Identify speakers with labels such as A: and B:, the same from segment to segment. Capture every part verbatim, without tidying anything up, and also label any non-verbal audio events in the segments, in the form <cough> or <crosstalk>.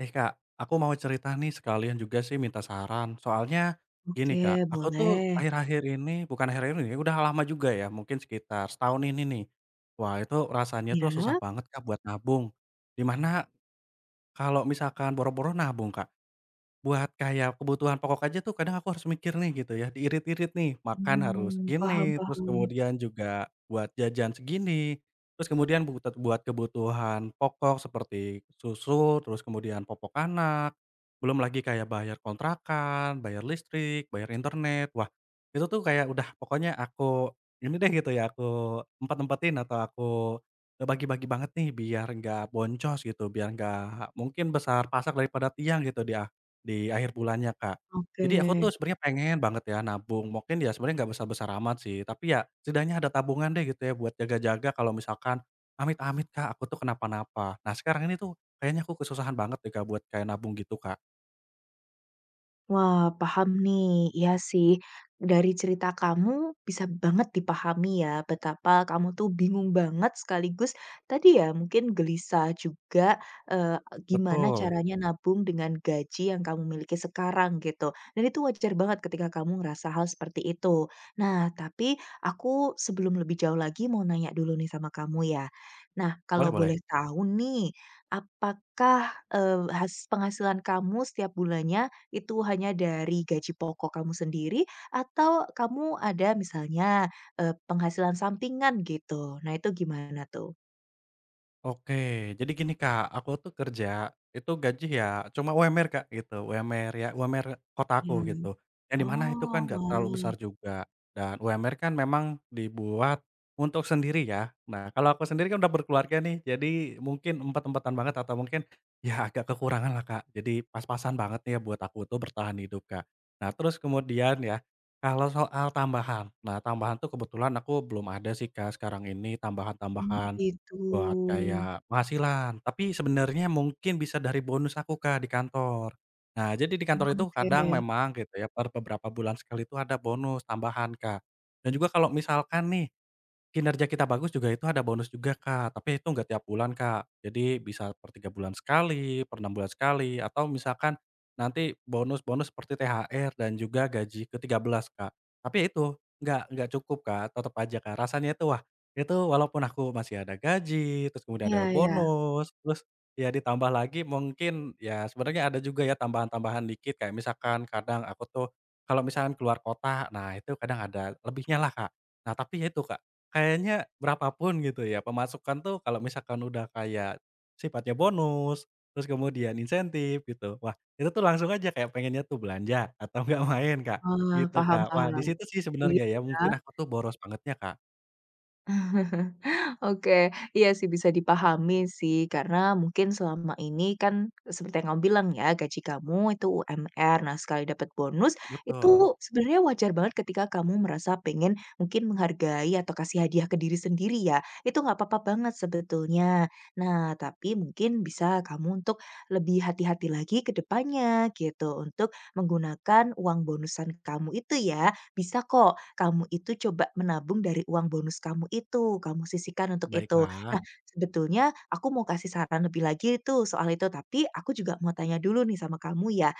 A: Eh Kak, aku mau cerita nih sekalian juga sih minta saran. Soalnya gini
B: Oke,
A: Kak, aku tuh
B: boleh.
A: akhir-akhir ini bukan akhir-akhir ini, udah lama juga ya, mungkin sekitar setahun ini nih. Wah itu rasanya tuh susah
B: Ya.
A: banget Kak buat nabung. Di mana kalau misalkan boro-boro nabung Kak, buat kayak kebutuhan pokok aja tuh kadang aku harus mikir nih gitu ya, diirit-irit nih, makan harus
B: Mmm, paham
A: segini, terus
B: paham.
A: kemudian juga buat jajan segini, terus kemudian butet buat kebutuhan pokok seperti susu, terus kemudian popok anak, belum lagi kayak bayar kontrakan, bayar listrik, bayar internet. Wah, itu tuh kayak udah pokoknya aku ini deh gitu ya, aku empat-empatin atau aku, bagi-bagi banget nih biar nggak boncos gitu, biar nggak mungkin besar pasak daripada tiang gitu di di akhir bulannya, Kak.
B: Oke.
A: Jadi aku tuh sebenarnya pengen banget ya nabung, mungkin ya sebenarnya nggak besar-besar amat sih, tapi ya setidaknya ada tabungan deh gitu ya buat jaga-jaga kalau misalkan amit-amit, Kak, aku tuh kenapa-napa. Nah sekarang ini tuh kayaknya aku kesusahan banget deh, Kak, buat kayak nabung gitu, Kak.
B: Wah, paham nih. Iya sih, dari cerita kamu bisa banget dipahami ya betapa kamu tuh bingung banget sekaligus tadi ya mungkin gelisah juga, eee, gimana
A: Betul,
B: caranya nabung dengan gaji yang kamu miliki sekarang gitu. Dan itu wajar banget ketika kamu ngerasa hal seperti itu. Nah, tapi aku sebelum lebih jauh lagi mau nanya dulu nih sama kamu ya. Nah,
A: boleh
B: kalau
A: boleh.
B: boleh tahu nih, apakah, eee, has penghasilan kamu setiap bulannya itu hanya dari gaji pokok kamu sendiri atau kamu ada misalnya, eee, penghasilan sampingan gitu? Nah itu gimana tuh?
A: Oke, jadi gini Kak, aku tuh kerja, itu gaji ya cuma U M R Kak, gitu, U M R ya U M R
B: Iya.
A: kotaku gitu, yang di mana itu
B: Oh,
A: kan nggak terlalu
B: wah.
A: besar juga, dan U M R kan memang dibuat untuk sendiri ya. Nah, kalau aku sendiri kan udah berkeluarga nih, jadi mungkin empat empetan banget atau mungkin ya agak kekurangan lah Kak, jadi pas-pasan banget nih ya buat aku tuh bertahan hidup Kak. Nah, terus kemudian ya, kalau soal tambahan, nah tambahan tuh kebetulan aku belum ada sih Kak sekarang ini
B: Mmm,
A: tambahan-tambahan.
B: gitu.
A: Buat kayak penghasilan, tapi sebenarnya mungkin bisa dari bonus aku, Kak, di kantor. Nah, jadi di kantor itu
B: Oke.
A: kadang memang gitu ya, per beberapa bulan sekali itu ada bonus tambahan, Kak. Dan juga kalau misalkan nih kinerja kita bagus juga itu ada bonus juga, Kak, tapi itu nggak tiap bulan, Kak. Jadi bisa per tiga bulan sekali, per enam bulan sekali, atau misalkan nanti bonus-bonus seperti T H R dan juga gaji ke tiga belas Kak. Tapi ya itu, nggak nggak cukup, Kak, tetap aja, Kak, rasanya itu, wah, itu walaupun aku masih ada gaji, terus kemudian
B: Iya
A: ada
B: iya.
A: bonus, terus ya ditambah lagi mungkin ya sebenarnya ada juga ya tambahan-tambahan dikit, kayak misalkan kadang aku tuh kalau misalkan keluar kota, nah itu kadang ada lebihnya lah, Kak. Nah tapi ya itu, Kak, kayaknya berapapun gitu ya, pemasukan tuh kalau misalkan udah kayak sifatnya bonus, terus kemudian insentif gitu, wah itu tuh langsung aja kayak pengennya tuh belanja atau enggak main, Kak,
B: Wah,
A: gitu,
B: paham
A: Kak. Wah di
B: paham.
A: situ sih
B: Iya
A: sebenarnya ya mungkin
B: ya.
A: aku tuh boros bangetnya, Kak.
B: <laughs> Oke, iya sih bisa dipahami sih karena mungkin selama ini kan seperti yang kamu bilang ya gaji kamu itu U M R. Nah, sekali dapat bonus
A: Betul,
B: itu sebenarnya wajar banget ketika kamu merasa pengen mungkin menghargai atau kasih hadiah ke diri sendiri ya. Itu nggak apa-apa banget sebetulnya. Nah, tapi mungkin bisa kamu untuk lebih hati-hati lagi ke depannya gitu untuk menggunakan uang bonusan kamu itu ya. Bisa kok kamu itu coba menabung dari uang bonus kamu itu, kamu sisihkan untuk itu.
A: baiklah.
B: Nah, sebetulnya aku mau kasih saran lebih lagi tuh soal itu, tapi aku juga mau tanya dulu nih sama kamu ya.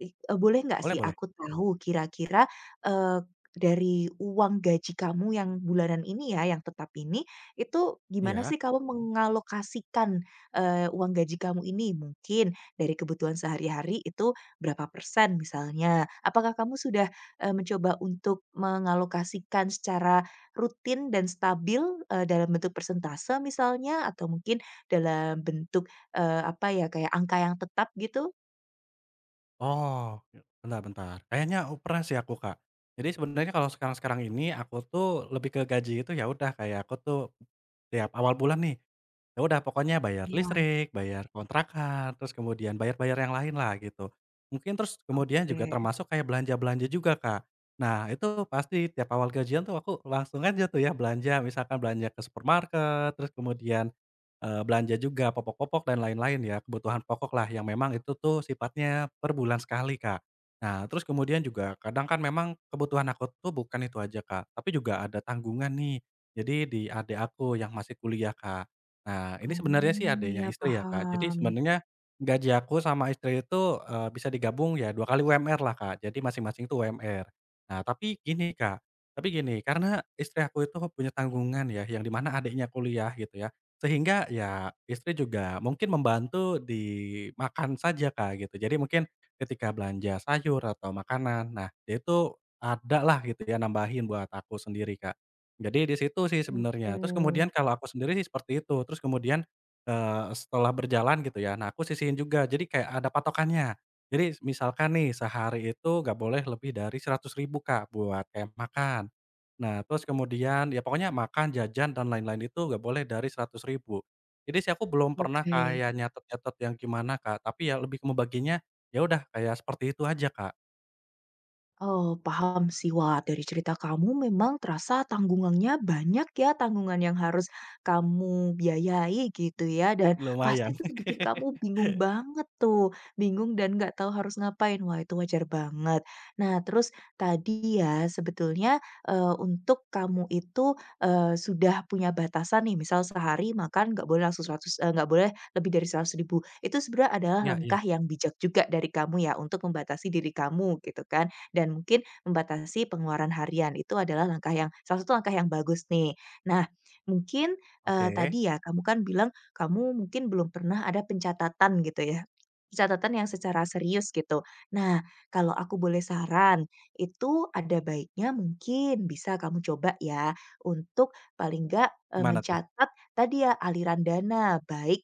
B: I eee, boleh nggak
A: Boleh
B: sih
A: boleh.
B: aku tahu kira-kira, eee, dari uang gaji kamu yang bulanan ini ya, yang tetap ini, itu gimana
A: Iya.
B: sih kamu mengalokasikan, eee, uang gaji kamu ini? Mungkin dari kebutuhan sehari-hari itu berapa persen misalnya? Apakah kamu sudah eee, mencoba untuk mengalokasikan secara rutin dan stabil, eee, dalam bentuk persentase misalnya atau mungkin dalam bentuk, eee, apa ya, kayak angka yang tetap gitu?
A: Oh, bentar bentar, kayaknya u pernah sih aku, Kak. Jadi sebenarnya kalau sekarang-sekarang ini aku tuh lebih ke gaji itu ya udah kayak aku tuh tiap awal bulan nih, ya udah pokoknya bayar
B: Iya,
A: listrik, bayar kontrakan, terus kemudian bayar-bayar yang lain lah gitu. Mungkin terus kemudian juga
B: oke.
A: termasuk kayak belanja-belanja juga, Kak. Nah itu pasti tiap awal gajian tuh aku langsung aja tuh ya belanja, misalkan belanja ke supermarket, terus kemudian Eee, belanja juga popok-popok dan lain-lain ya, kebutuhan pokok lah yang memang itu tuh sifatnya per bulan sekali, Kak. Nah, terus kemudian juga kadang kan memang kebutuhan aku tuh bukan itu aja, Kak, tapi juga ada tanggungan nih. Jadi di adik aku yang masih kuliah, Kak. Nah, ini sebenarnya sih
B: Oh,
A: adiknya
B: ya
A: istri ya, Kak. Jadi
B: paham.
A: sebenarnya gaji aku sama istri itu, eee, bisa digabung ya dua kali U M R-lah, Kak. Jadi masing-masing itu U M R. Nah, tapi gini, Kak, tapi gini, karena istri aku itu punya tanggungan ya, yang dimana adiknya kuliah gitu ya. Sehingga ya istri juga mungkin membantu di makan saja, Kak, gitu. Jadi mungkin ketika belanja sayur atau makanan, nah dia itu ada lah gitu ya nambahin buat aku sendiri, Kak. Jadi di situ sih
B: Oke.
A: sebenarnya. Terus kemudian kalau aku sendiri sih seperti itu. Terus kemudian, eee, setelah berjalan gitu ya, nah aku sisihin juga. Jadi kayak ada patokannya. Jadi misalkan nih sehari itu nggak boleh lebih dari seratus ribu Kak, buat kayak makan. Nah, terus kemudian ya pokoknya makan, jajan, dan lain-lain itu nggak boleh dari seratus ribu. Jadi sih aku belum pernah
B: Oke.
A: kayak nyatet-nyatet yang gimana, Kak, tapi ya lebih ke membaginya, ya udah kayak seperti itu aja, Kak.
B: Oh, paham sih. Wah, dari cerita kamu memang terasa tanggungannya banyak ya, tanggungan yang harus kamu biayai gitu ya, dan
A: Lumayan.
B: pasti tuh bikin kamu
A: <laughs>
B: bingung banget tuh, bingung dan nggak tahu harus ngapain. Wah, itu wajar banget. Nah, terus tadi ya sebetulnya, eee, untuk kamu itu, eee, sudah punya batasan nih, misal sehari makan nggak boleh langsung seratus eee, nggak boleh lebih dari seratus ribu. Itu sebenarnya adalah
A: Iya iya,
B: langkah yang bijak juga dari kamu ya, untuk membatasi diri kamu gitu kan dan mungkin membatasi pengeluaran harian. Itu adalah langkah yang salah satu langkah yang bagus nih. Nah, mungkin, eee,
A: oke.
B: tadi ya kamu kan bilang kamu mungkin belum pernah ada pencatatan gitu ya, pencatatan yang secara serius gitu. Nah, kalau aku boleh saran, itu ada baiknya mungkin bisa kamu coba ya untuk paling nggak,
A: Gimana tuh?
B: mencatat tadi ya aliran dana, baik,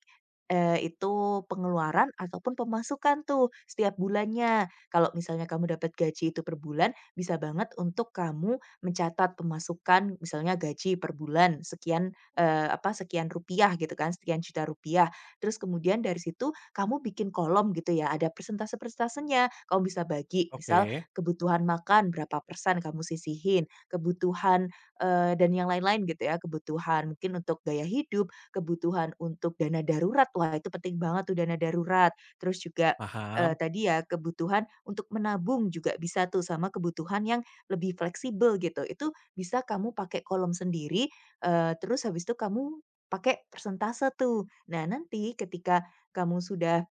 B: eee, itu pengeluaran ataupun pemasukan tuh setiap bulannya. Kalau misalnya kamu dapat gaji itu per bulan, bisa banget untuk kamu mencatat pemasukan misalnya gaji per bulan sekian, eee, apa, sekian rupiah gitu kan, sekian juta rupiah. Terus kemudian dari situ kamu bikin kolom gitu ya, ada persentase-persentasenya. Kamu bisa bagi, misal
A: Oke,
B: kebutuhan makan berapa persen kamu sisihin, kebutuhan, eee, dan yang lain-lain gitu ya, kebutuhan mungkin untuk gaya hidup, kebutuhan untuk dana darurat, wah itu penting banget tuh dana darurat. Terus juga eee,
A: paham,
B: tadi ya kebutuhan untuk menabung juga bisa tuh sama kebutuhan yang lebih fleksibel gitu. Itu bisa kamu pakai kolom sendiri, eee, terus habis itu kamu pakai persentase tuh. Nah nanti ketika kamu sudah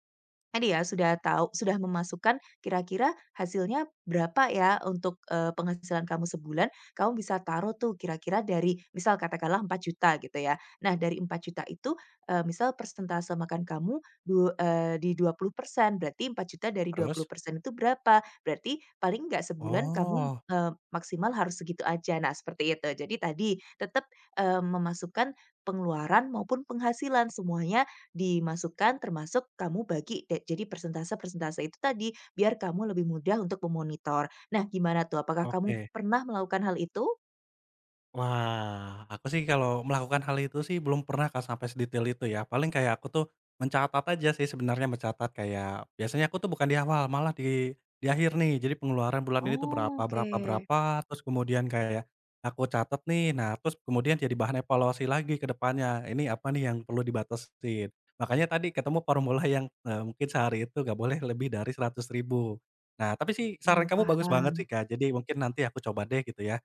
B: tadi ya sudah tahu sudah memasukkan kira-kira hasilnya berapa ya untuk, eee, penghasilan kamu sebulan, kamu bisa taruh tuh kira-kira dari misal katakanlah empat juta gitu ya. Nah dari empat juta itu, eee, misal persentase makan kamu du eee, di dua puluh persen berarti empat juta dari dua
A: terus?
B: puluh persen itu berapa? Berarti paling nggak sebulan kamu,
A: Oh,
B: eee, maksimal harus segitu aja. Nah seperti itu. Jadi tadi tetap, eee, memasukkan pengeluaran maupun penghasilan semuanya dimasukkan termasuk kamu bagi de jadi persentase-persentase itu tadi, biar kamu lebih mudah untuk memonitor. Nah, gimana tuh? Apakah kamu
A: oke.
B: pernah melakukan hal itu?
A: Wah, aku sih kalau melakukan hal itu sih belum pernah Kak sampai sedetail itu ya. Paling kayak aku tuh mencatat aja sih sebenarnya, mencatat kayak biasanya aku tuh bukan di awal, malah di di akhir nih. Jadi pengeluaran bulan ini tuh berapa
B: Oh, oke.
A: berapa berapa, terus kemudian kayak aku catat nih. Nah, terus kemudian jadi bahan evaluasi lagi ke depannya. Ini apa nih yang perlu dibatasin. Makanya tadi ketemu formula yang, eee, mungkin sehari itu nggak boleh lebih dari seratus ribu. Nah, tapi sih saran
B: Mmm,
A: kamu bagus banget sih
B: paham.
A: Kak. Jadi mungkin nanti aku coba deh gitu ya.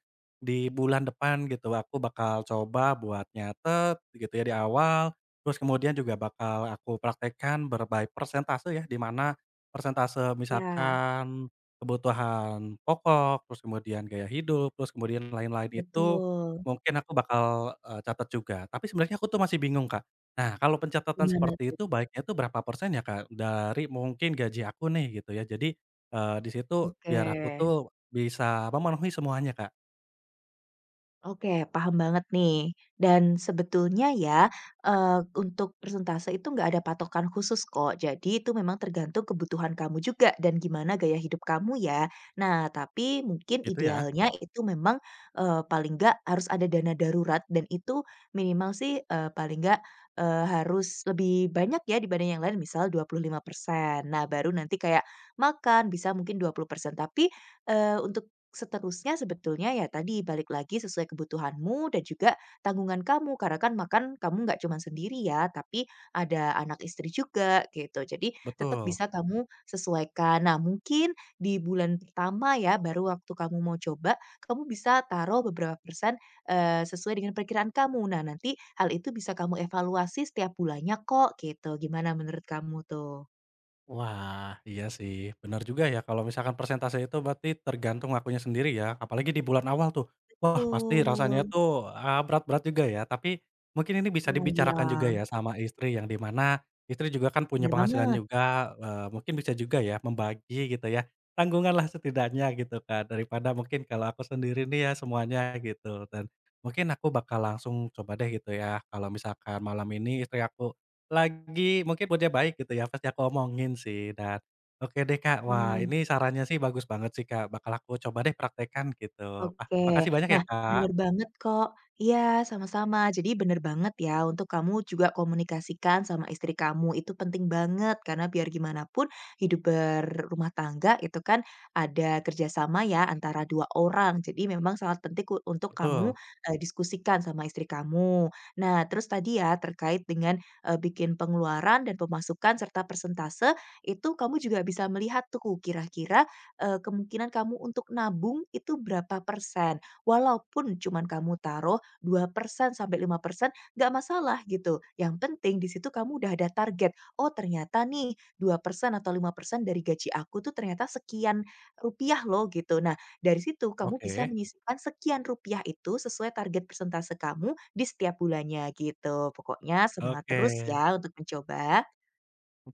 A: Di bulan depan gitu aku bakal coba buat nyatet gitu ya di awal, terus kemudian juga bakal aku praktekkan ber by persentase ya, di mana persentase
B: Ya,
A: misalkan kebutuhan pokok, terus kemudian gaya hidup, terus kemudian lain-lain itu
B: betul.
A: mungkin aku bakal, eee, catat juga. Tapi sebenarnya aku tuh masih bingung, Kak. Nah, kalau pencatatan
B: Gimana
A: seperti
B: tuh?
A: itu baiknya itu berapa persen ya, Kak, dari mungkin gaji aku nih gitu ya. Jadi, eee, di situ
B: Oke.
A: biar aku tuh bisa memenuhi semuanya, Kak.
B: Oke, paham banget nih. Dan sebetulnya ya, eee, untuk persentase itu nggak ada patokan khusus kok. Jadi itu memang tergantung kebutuhan kamu juga dan gimana gaya hidup kamu ya. Nah, tapi mungkin
A: Gitu ya?
B: idealnya itu memang, eee, paling nggak harus ada dana darurat dan itu minimal sih, eee, paling nggak, eee, harus lebih banyak ya dibanding yang lain, misal dua puluh lima persen. Nah, baru nanti kayak makan bisa mungkin dua puluh persen. Tapi, eee, untuk seterusnya sebetulnya ya tadi balik lagi sesuai kebutuhanmu dan juga tanggungan kamu karena kan makan kamu nggak cuman sendiri ya, tapi ada anak istri juga gitu. Jadi tetap
A: Betul.
B: bisa kamu sesuaikan. Nah, mungkin di bulan pertama ya baru waktu kamu mau coba, kamu bisa taruh beberapa persen, eee, sesuai dengan perkiraan kamu. Nah, nanti hal itu bisa kamu evaluasi setiap bulannya kok gitu. Gimana menurut kamu tuh?
A: Wah, iya sih, benar juga ya kalau misalkan persentase itu berarti tergantung akunya sendiri ya, apalagi di bulan awal tuh, wah pasti rasanya
B: Betul.
A: tuh, eee, berat-berat juga ya, tapi mungkin ini bisa
B: Nah, iya,
A: dibicarakan juga ya sama istri yang di mana istri juga kan punya
B: benar
A: penghasilan
B: banget.
A: juga, eee, mungkin bisa juga ya membagi gitu ya, tanggungan lah setidaknya gitu kan, daripada mungkin kalau aku sendiri nih ya semuanya gitu, dan mungkin aku bakal langsung coba deh gitu ya kalau misalkan malam ini istri aku lagi mungkin mood-nya baik gitu ya, pasti aku omongin sih dan oke deh Kak, wah
B: Nah.
A: ini sarannya sih bagus banget sih Kak, bakal aku coba deh praktekan gitu. Ah, makasih
B: Oke.
A: banyak ya
B: Nah,
A: Kak.
B: bener banget kok. Iya, sama-sama. Jadi bener banget ya untuk kamu juga komunikasikan sama istri kamu, itu penting banget karena biar gimana pun hidup berumah tangga itu kan ada kerjasama ya antara dua orang. Jadi memang sangat penting ku- untuk kamu
A: Betul,
B: eh, diskusikan sama istri kamu. Nah, terus tadi ya terkait dengan eh, bikin pengeluaran dan pemasukan serta persentase, itu kamu juga bisa melihat tuh kira-kira eee, kemungkinan kamu untuk nabung itu berapa persen. Walaupun cuman kamu taruh dua persen sampai lima persen, nggak masalah gitu, yang penting di situ kamu udah ada target, "Oh ternyata nih dua persen atau lima persen dari gaji aku tuh ternyata sekian rupiah loh," gitu. Nah dari situ kamu bisa
A: oke,
B: menyisipkan sekian rupiah itu sesuai target persentase kamu di setiap bulannya gitu. Pokoknya semangat
A: oke.
B: terus ya untuk mencoba.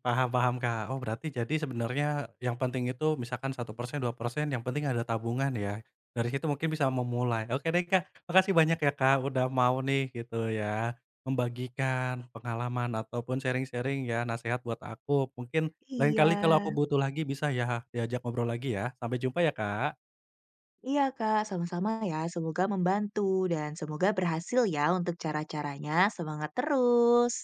A: Paham paham, Kak. Oh, berarti jadi sebenarnya yang penting itu misalkan satu persen dua persen yang penting ada tabungan ya. Dari situ mungkin bisa memulai. Oke deh, Kak. Makasih banyak ya, Kak, udah mau nih gitu ya, membagikan pengalaman ataupun sharing-sharing ya nasihat buat aku. Mungkin lain
B: Iya.
A: kali kalau aku butuh lagi bisa ya diajak ngobrol lagi ya. Sampai jumpa ya, Kak.
B: Iya Kak, sama-sama ya. Semoga membantu dan semoga berhasil ya untuk cara-caranya. Semangat terus.